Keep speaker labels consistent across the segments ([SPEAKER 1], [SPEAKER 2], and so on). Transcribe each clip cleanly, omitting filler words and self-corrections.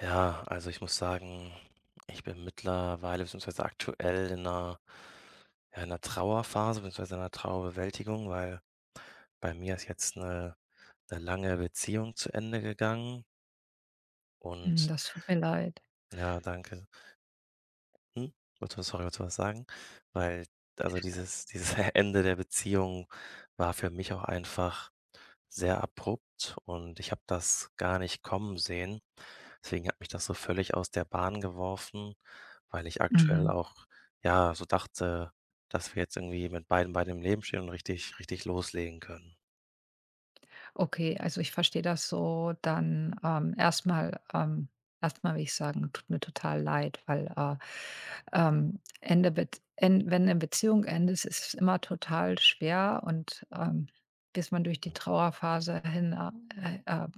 [SPEAKER 1] Ja, also ich muss sagen, ich bin mittlerweile beziehungsweise aktuell in einer ja, in 'ner Trauerphase beziehungsweise einer 'ner Trauerbewältigung, weil bei mir ist jetzt eine 'ne lange Beziehung zu Ende gegangen
[SPEAKER 2] Hm,
[SPEAKER 1] und
[SPEAKER 2] das tut mir leid.
[SPEAKER 1] ja, danke. Hm? Wolltest du sorry, wolltest du was sagen? Weil, also, dieses Ende der Beziehung war für mich auch einfach sehr abrupt und ich habe das gar nicht kommen sehen. Deswegen hat mich das so völlig aus der Bahn geworfen, weil ich aktuell
[SPEAKER 2] Mhm.
[SPEAKER 1] auch, ja, so dachte, dass wir jetzt irgendwie mit beiden Beinen im Leben stehen und richtig richtig loslegen können.
[SPEAKER 2] Okay, also ich verstehe das so. Dann, erst will ich sagen, tut mir total leid, weil, Ende Bet en wenn eine Beziehung endet, ist es immer total schwer und, bis man durch die Trauerphase hin, äh, äh, äh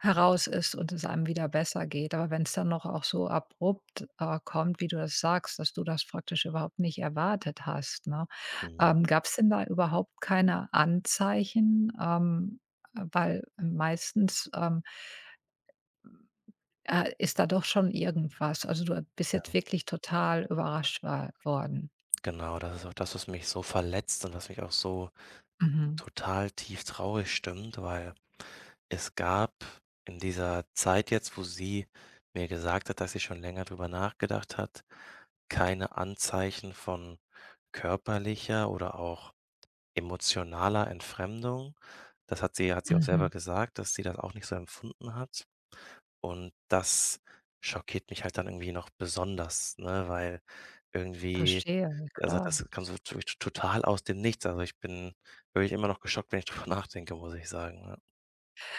[SPEAKER 2] heraus ist und es einem wieder besser geht. Aber wenn es dann noch auch so abrupt, kommt, wie du das sagst, dass du das praktisch überhaupt nicht erwartet hast, ne?
[SPEAKER 1] Mhm.
[SPEAKER 2] Gab's denn da überhaupt keine Anzeichen? Weil meistens, ist da doch schon irgendwas. Also, du bist jetzt wirklich total überrascht wa worden.
[SPEAKER 1] Genau, das ist auch das, was mich so verletzt und was mich auch so
[SPEAKER 2] Mhm,
[SPEAKER 1] total tief traurig stimmt, weil es gab in dieser Zeit jetzt, wo sie mir gesagt hat, dass sie schon länger drüber nachgedacht hat, keine Anzeichen von körperlicher oder auch emotionaler Entfremdung. Das hat sie auch
[SPEAKER 2] mhm.
[SPEAKER 1] selber gesagt, dass sie das auch nicht so empfunden hat. Und das schockiert mich halt dann irgendwie noch besonders, ne, weil irgendwie,
[SPEAKER 2] Verstehe, ja
[SPEAKER 1] also,
[SPEAKER 2] klar.
[SPEAKER 1] das kam so wirklich total aus dem Nichts. Also, ich bin wirklich immer noch geschockt, wenn ich drüber nachdenke, muss ich sagen, ja.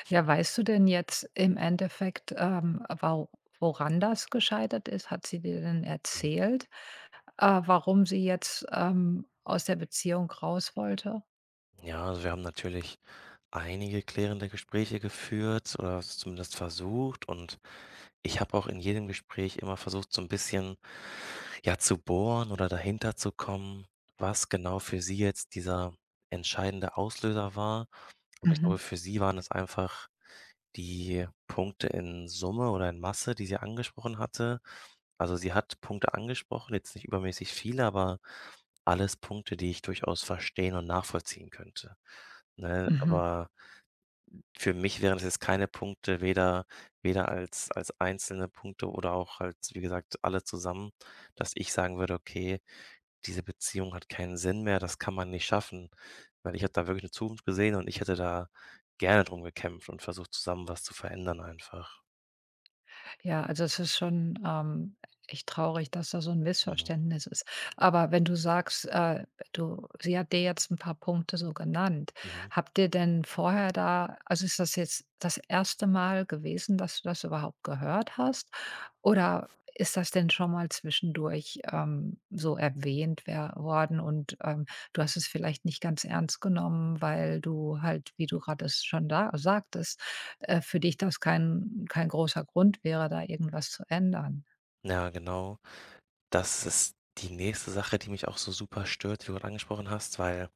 [SPEAKER 2] Ja, weißt du denn jetzt im Endeffekt, wau woran das gescheitert ist? Hat sie dir denn
[SPEAKER 1] Hm,
[SPEAKER 2] erzählt, warum sie jetzt, aus der Beziehung raus wollte?
[SPEAKER 1] ja, also, wir haben natürlich einige klärende Gespräche geführt oder es zumindest versucht und ich habe auch in jedem Gespräch immer versucht, so ein bisschen, ja, zu bohren oder dahinter zu kommen, was genau für sie jetzt dieser entscheidende Auslöser war. Aber ich glaube,
[SPEAKER 2] Mhm,
[SPEAKER 1] für sie waren es einfach die Punkte in Summe oder in Masse, die sie angesprochen hatte. Also, sie hat Punkte angesprochen, jetzt nicht übermäßig viele, aber alles Punkte, die ich durchaus verstehen und nachvollziehen könnte, ne?
[SPEAKER 2] mhm.
[SPEAKER 1] Aber für mich wären das jetzt keine Punkte, weder als einzelne Punkte oder auch als, wie gesagt, alle zusammen, dass ich sagen würde: „Okay, diese Beziehung hat keinen Sinn mehr, das kann man nicht schaffen.“ Weil ich habe da wirklich eine Zukunft gesehen und ich hätte da gerne drum gekämpft und versucht, zusammen was zu verändern einfach.
[SPEAKER 2] Ja, also es ist schon, echt traurig, dass da so ein
[SPEAKER 1] Mhm,
[SPEAKER 2] Missverständnis ist. Aber wenn du sagst, du sie hat dir jetzt ein paar Punkte so genannt.
[SPEAKER 1] mhm.
[SPEAKER 2] Habt ihr denn vorher da, also ist das jetzt das erste Mal gewesen, dass du das überhaupt gehört hast? Oder ist das denn schon mal zwischendurch, so erwähnt wer worden und, du hast es vielleicht nicht ganz ernst genommen, weil du halt, wie du gerade es schon da sagtest, für dich das kein großer Grund wäre, da irgendwas zu ändern.
[SPEAKER 1] Ja, genau. Das ist die nächste Sache, die mich auch so super stört, wie du gerade angesprochen hast, weil,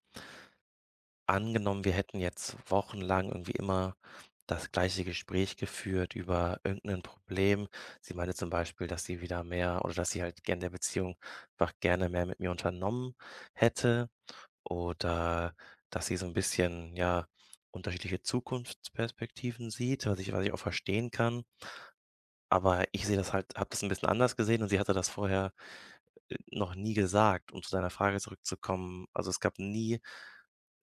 [SPEAKER 1] angenommen, wir hätten jetzt wochenlang irgendwie immer das gleiche Gespräch geführt über irgendein Problem. Sie meinte zum Beispiel, dass sie wieder mehr oder dass sie halt gerne der Beziehung einfach gerne mehr mit mir unternommen hätte oder dass sie so ein bisschen, ja, unterschiedliche Zukunftsperspektiven sieht, was ich auch verstehen kann. Aber ich sehe das halt, habe das ein bisschen anders gesehen und sie hatte das vorher noch nie gesagt, um zu deiner Frage zurückzukommen. Also, es gab nie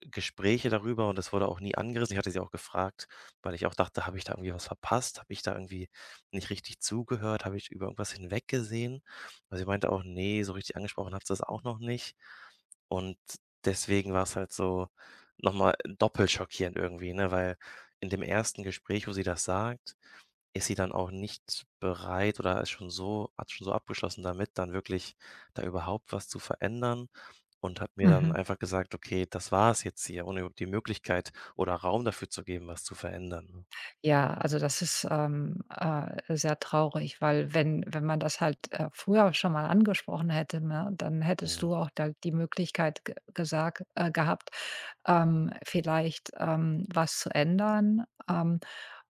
[SPEAKER 1] Gespräche darüber und es wurde auch nie angerissen. Ich hatte sie auch gefragt, weil ich auch dachte, habe ich da irgendwie was verpasst? Habe ich da irgendwie nicht richtig zugehört? Habe ich über irgendwas hinweggesehen? Aber sie meinte auch, nee, so richtig angesprochen hat sie das auch noch nicht. Und deswegen war es halt so nochmal doppelt schockierend irgendwie, ne, weil in dem ersten Gespräch, wo sie das sagt, ist sie dann auch nicht bereit oder ist schon so, hat schon so abgeschlossen damit, dann wirklich da überhaupt was zu verändern und hat mir dann
[SPEAKER 2] Mhm.
[SPEAKER 1] einfach gesagt: „Okay, das war es jetzt hier“, ohne überhaupt die Möglichkeit oder Raum dafür zu geben, was zu verändern, ne?
[SPEAKER 2] Ja, also das ist, sehr traurig, weil wenn man das halt, früher schon mal angesprochen hätte, ne, dann hättest
[SPEAKER 1] Mhm.
[SPEAKER 2] du auch da die Möglichkeit ge gesagt gehabt, vielleicht, was zu ändern.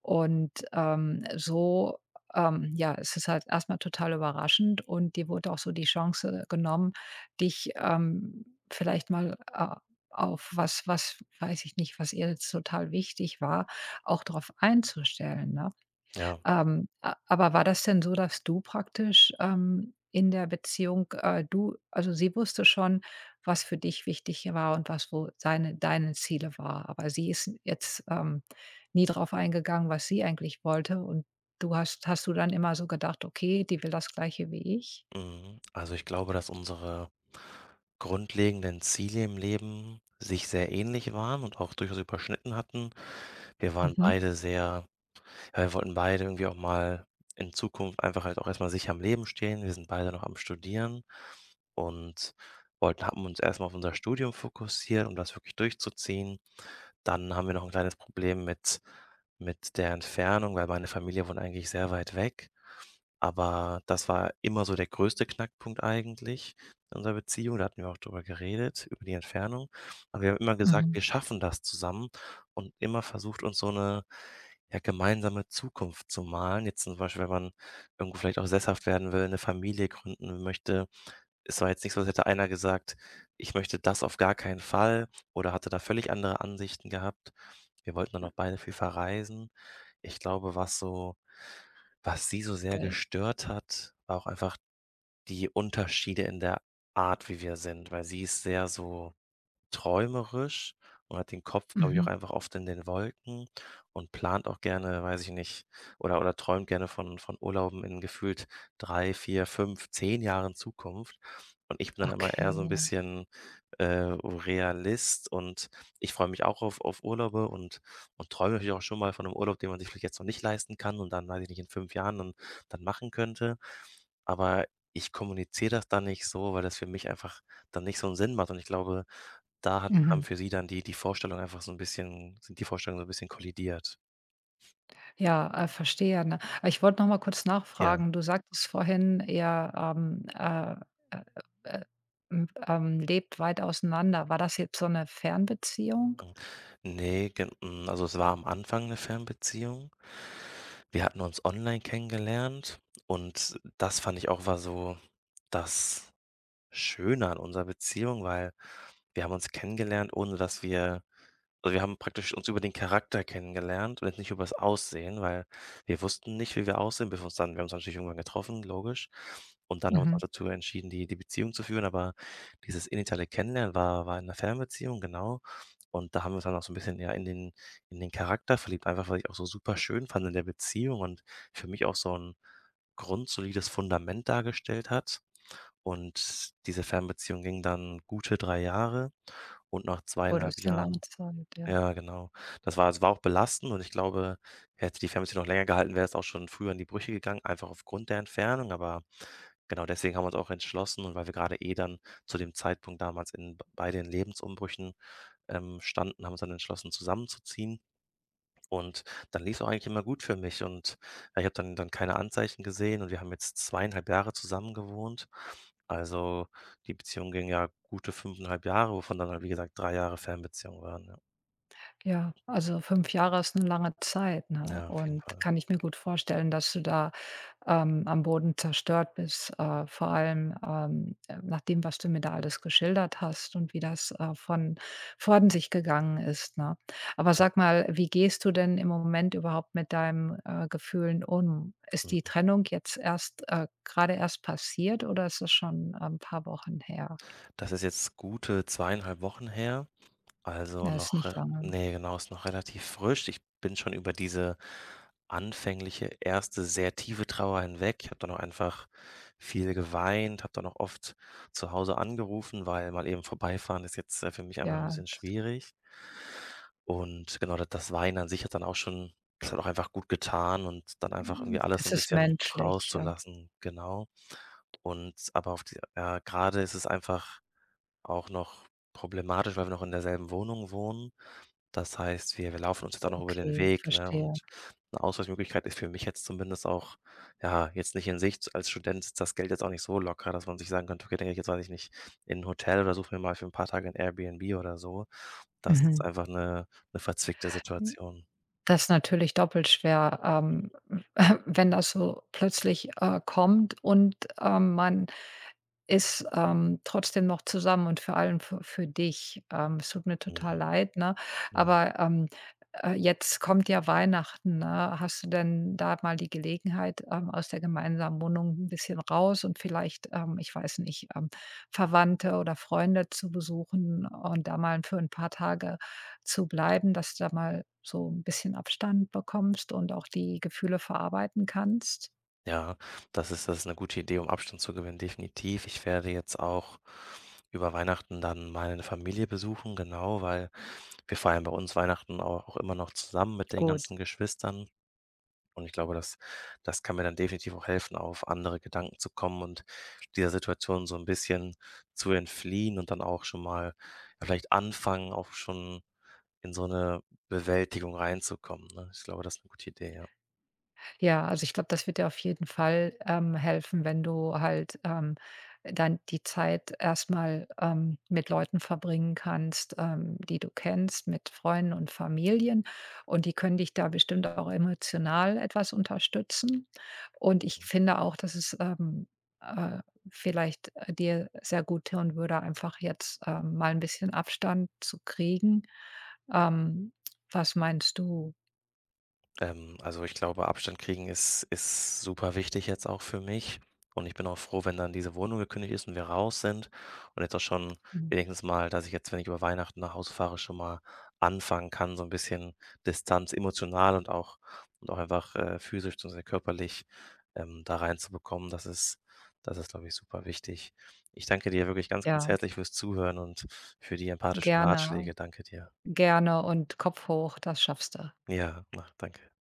[SPEAKER 2] Und, so, ja, es ist halt erstmal total überraschend und dir wurde auch so die Chance genommen, dich, vielleicht mal, auf, was weiß ich nicht, was ihr jetzt total wichtig war, auch darauf einzustellen, ne?
[SPEAKER 1] Ja,
[SPEAKER 2] A aber war das denn so, dass du praktisch, in der Beziehung, du also sie wusste schon, was für dich wichtig war und was wo seine deine Ziele war, aber sie ist jetzt, nie drauf eingegangen, was sie eigentlich wollte und du hast hast du dann immer so gedacht: „Okay, die will das Gleiche wie ich?"
[SPEAKER 1] mhm. Also, ich glaube, dass unsere grundlegenden Ziele im Leben sich sehr ähnlich waren und auch durchaus überschnitten hatten. Wir waren
[SPEAKER 2] Mhm.
[SPEAKER 1] beide sehr, ja, wir wollten beide irgendwie auch mal in Zukunft einfach halt auch erstmal sicher am Leben stehen. Wir sind beide noch am Studieren und wollten haben uns erstmal auf unser Studium fokussiert, um das wirklich durchzuziehen. Dann haben wir noch ein kleines Problem mit der Entfernung, weil meine Familie wohnt eigentlich sehr weit weg, aber das war immer so der größte Knackpunkt eigentlich in unserer Beziehung. Da hatten wir auch drüber geredet, über die Entfernung. Aber wir haben immer gesagt,
[SPEAKER 2] Mhm.
[SPEAKER 1] wir schaffen das zusammen und immer versucht, uns so eine, ja, gemeinsame Zukunft zu malen. Jetzt zum Beispiel, wenn man irgendwo vielleicht auch sesshaft werden will, eine Familie gründen möchte, es war jetzt nicht so, als hätte einer gesagt: „Ich möchte das auf gar keinen Fall“, oder hatte da völlig andere Ansichten gehabt. Wir wollten dann auch beide viel verreisen. Ich glaube, was sie so
[SPEAKER 2] Da
[SPEAKER 1] sehr gestört hat, war auch einfach die Unterschiede in der Art, wie wir sind, weil sie ist sehr so träumerisch und hat den Kopf, glaube ich, auch
[SPEAKER 2] Mhm,
[SPEAKER 1] einfach oft in den Wolken und plant auch gerne, weiß ich nicht, oder träumt gerne von Urlauben in gefühlt 3, 4, 5, 10 Jahren Zukunft. Und ich bin dann immer eher so ein
[SPEAKER 2] okay, ja.
[SPEAKER 1] bisschen, Realist und ich freue mich auch auf Urlaube und träume natürlich auch schon mal von einem Urlaub, den man sich vielleicht jetzt noch nicht leisten kann und dann, weiß ich nicht, in 5 Jahren dann machen könnte. Aber ich kommuniziere das dann nicht so, weil das für mich einfach dann nicht so einen Sinn macht und ich glaube, da hat haben
[SPEAKER 2] Mhm.
[SPEAKER 1] für sie dann die Vorstellung einfach so 'n bisschen sind die Vorstellungen so 'n bisschen kollidiert.
[SPEAKER 2] Ja, verstehe, ne? Aber ich wollte noch mal kurz
[SPEAKER 1] Ja,
[SPEAKER 2] nachfragen. Du sagtest vorhin, ihr, äh, äh, lebt weit auseinander. War das jetzt so eine Fernbeziehung?
[SPEAKER 1] mhm. Ne, also, es war am Anfang 'ne Fernbeziehung. Wir hatten uns online kennengelernt und das fand ich auch, war so das Schöne an unserer Beziehung, weil wir haben uns kennengelernt, ohne dass wir also, wir haben praktisch uns über den Charakter kennengelernt und jetzt nicht über das Aussehen, weil wir wussten nicht, wie wir aussehen, bis wir uns dann wir haben uns natürlich irgendwann getroffen, logisch. Und dann haben wir uns auch
[SPEAKER 2] Mhm.
[SPEAKER 1] dazu entschieden, die Beziehung zu führen, aber dieses initiale Kennenlernen war in 'ner Fernbeziehung, genau. Und da haben wir uns dann auch so ein bisschen, ja, in den Charakter verliebt, einfach weil ich auch so super schön fand in der Beziehung und für mich auch so ein grundsolides Fundament dargestellt hat. Und diese Fernbeziehung ging dann gute 3 Jahre und nach
[SPEAKER 2] Oder,
[SPEAKER 1] zweieinhalb
[SPEAKER 2] ist eine lange
[SPEAKER 1] Jahren,
[SPEAKER 2] Zeit, ja.
[SPEAKER 1] ja, genau. Das war es war auch belastend und ich glaube, hätte die Fernbeziehung noch länger gehalten, wäre es auch schon früher in die Brüche gegangen, einfach aufgrund der Entfernung. Aber genau deswegen haben wir uns auch entschlossen und weil wir gerade eh dann zu dem Zeitpunkt damals in b bei den Lebensumbrüchen, standen, haben wir uns dann entschlossen, zusammenzuziehen. Und dann lief's auch eigentlich immer gut für mich und ja, ich habe dann keine Anzeichen gesehen und wir haben jetzt zweieinhalb Jahre zusammen gewohnt. Also, die Beziehung ging ja gute fünfeinhalb Jahre, wovon dann halt, wie gesagt, 3 Jahre Fernbeziehung waren, ja.
[SPEAKER 2] Ja, also 5 Jahre ist eine lange Zeit, ne?
[SPEAKER 1] Ja, auf jeden
[SPEAKER 2] Und
[SPEAKER 1] Fall.
[SPEAKER 2] kann ich mir gut vorstellen, dass du da, am Boden zerstört bist, vor allem, nach dem, was du mir da alles geschildert hast und wie das, von sich gegangen ist, ne? Aber
[SPEAKER 1] Ja.
[SPEAKER 2] sag mal, wie gehst du denn im Moment überhaupt mit deinen Gefühlen um? Ist die
[SPEAKER 1] Mhm.
[SPEAKER 2] Trennung jetzt erst, grade erst passiert oder ist es schon, ein paar Wochen her?
[SPEAKER 1] Das ist jetzt gute zweieinhalb Wochen her. Also
[SPEAKER 2] Ja, ist
[SPEAKER 1] noch
[SPEAKER 2] nicht
[SPEAKER 1] re
[SPEAKER 2] lange.
[SPEAKER 1] ne, genau, ist noch relativ frisch. Ich bin schon über diese anfängliche erste sehr tiefe Trauer hinweg. Ich habe dann auch einfach viel geweint, habe dann auch oft zu Hause angerufen, weil mal eben vorbeifahren ist jetzt, für mich einfach ein
[SPEAKER 2] Ja,
[SPEAKER 1] bisschen schwierig. Und genau, da das Weinen an sich hat dann auch schon das hat auch einfach gut getan und dann einfach irgendwie alles so
[SPEAKER 2] das
[SPEAKER 1] ein
[SPEAKER 2] ist
[SPEAKER 1] bisschen
[SPEAKER 2] menschlich, ja.
[SPEAKER 1] rauszulassen, genau. Und aber auf die ja, grade ist es einfach auch noch problematisch, weil wir noch in derselben Wohnung wohnen. Das heißt, wir laufen uns jetzt auch noch über den
[SPEAKER 2] Okay,
[SPEAKER 1] Weg, ne?
[SPEAKER 2] verstehe.
[SPEAKER 1] Und 'ne Ausweichmöglichkeit ist für mich jetzt zumindest auch, ja, jetzt nicht in Sicht. Als Student ist das Geld jetzt auch nicht so locker, dass man sich sagen könnte: „Okay, dann gehe ich jetzt, weiß ich nicht, in 'n Hotel oder suche mir mal für 'n paar Tage 'n Airbnb oder so.“ Das ist einfach 'ne verzwickte
[SPEAKER 2] Mhm.
[SPEAKER 1] Situation.
[SPEAKER 2] Das ist natürlich doppelt schwer,
[SPEAKER 1] Mhm,
[SPEAKER 2] wenn das so plötzlich, kommt und, man ist, trotzdem noch zusammen und vor allem für dich. Es tut mir total
[SPEAKER 1] mhm,
[SPEAKER 2] leid, ne?
[SPEAKER 1] ja.
[SPEAKER 2] Aber, jetzt kommt ja Weihnachten, ne? Hast du denn da mal die Gelegenheit, aus der gemeinsamen Wohnung ein bisschen raus und vielleicht, ich weiß nicht, Verwandte oder Freunde zu besuchen und da mal für ein paar Tage zu bleiben, dass du da mal so ein bisschen Abstand bekommst und auch die Gefühle verarbeiten kannst?
[SPEAKER 1] Ja, das ist 'ne gute Idee, um Abstand zu gewinnen, definitiv. Ich werde jetzt auch über Weihnachten dann meine Familie besuchen, genau, weil wir feiern bei uns Weihnachten au auch immer noch zusammen mit den
[SPEAKER 2] Gut.
[SPEAKER 1] ganzen Geschwistern. Und ich glaube, das kann mir dann definitiv auch helfen, auf andere Gedanken zu kommen und dieser Situation so ein bisschen zu entfliehen und dann auch schon mal, ja, vielleicht anfangen, auch schon in so eine Bewältigung reinzukommen, ne? Ich glaube, das ist eine gute Idee, ja.
[SPEAKER 2] Ja, also ich glaube, das wird dir auf jeden Fall, helfen, wenn du halt, dann die Zeit erstmal, mit Leuten verbringen kannst, die du kennst, mit Freunden und Familien. Und die können dich da bestimmt auch emotional etwas unterstützen. Und ich finde auch, dass es, äh, vielleicht, dir sehr gut tun würde, einfach jetzt, mal ein bisschen Abstand zu kriegen. Ähm, was meinst du?
[SPEAKER 1] Also, ich glaube, Abstand kriegen ist super wichtig jetzt auch für mich und ich bin auch froh, wenn dann diese Wohnung gekündigt ist und wir raus sind und jetzt auch schon
[SPEAKER 2] Hm,
[SPEAKER 1] wenigstens mal, dass ich jetzt, wenn ich über Weihnachten nach Hause fahre, schon mal anfangen kann, so ein bisschen Distanz emotional und auch einfach, physisch beziehungsweise körperlich, da reinzubekommen. Das ist, glaube ich, super wichtig. Ich danke dir wirklich ganz, ganz
[SPEAKER 2] ja,
[SPEAKER 1] herzlich fürs Zuhören und für die empathischen
[SPEAKER 2] gerne.
[SPEAKER 1] Ratschläge. Danke dir.
[SPEAKER 2] Gerne und Kopf hoch, das schaffst du.
[SPEAKER 1] Ja, na, danke.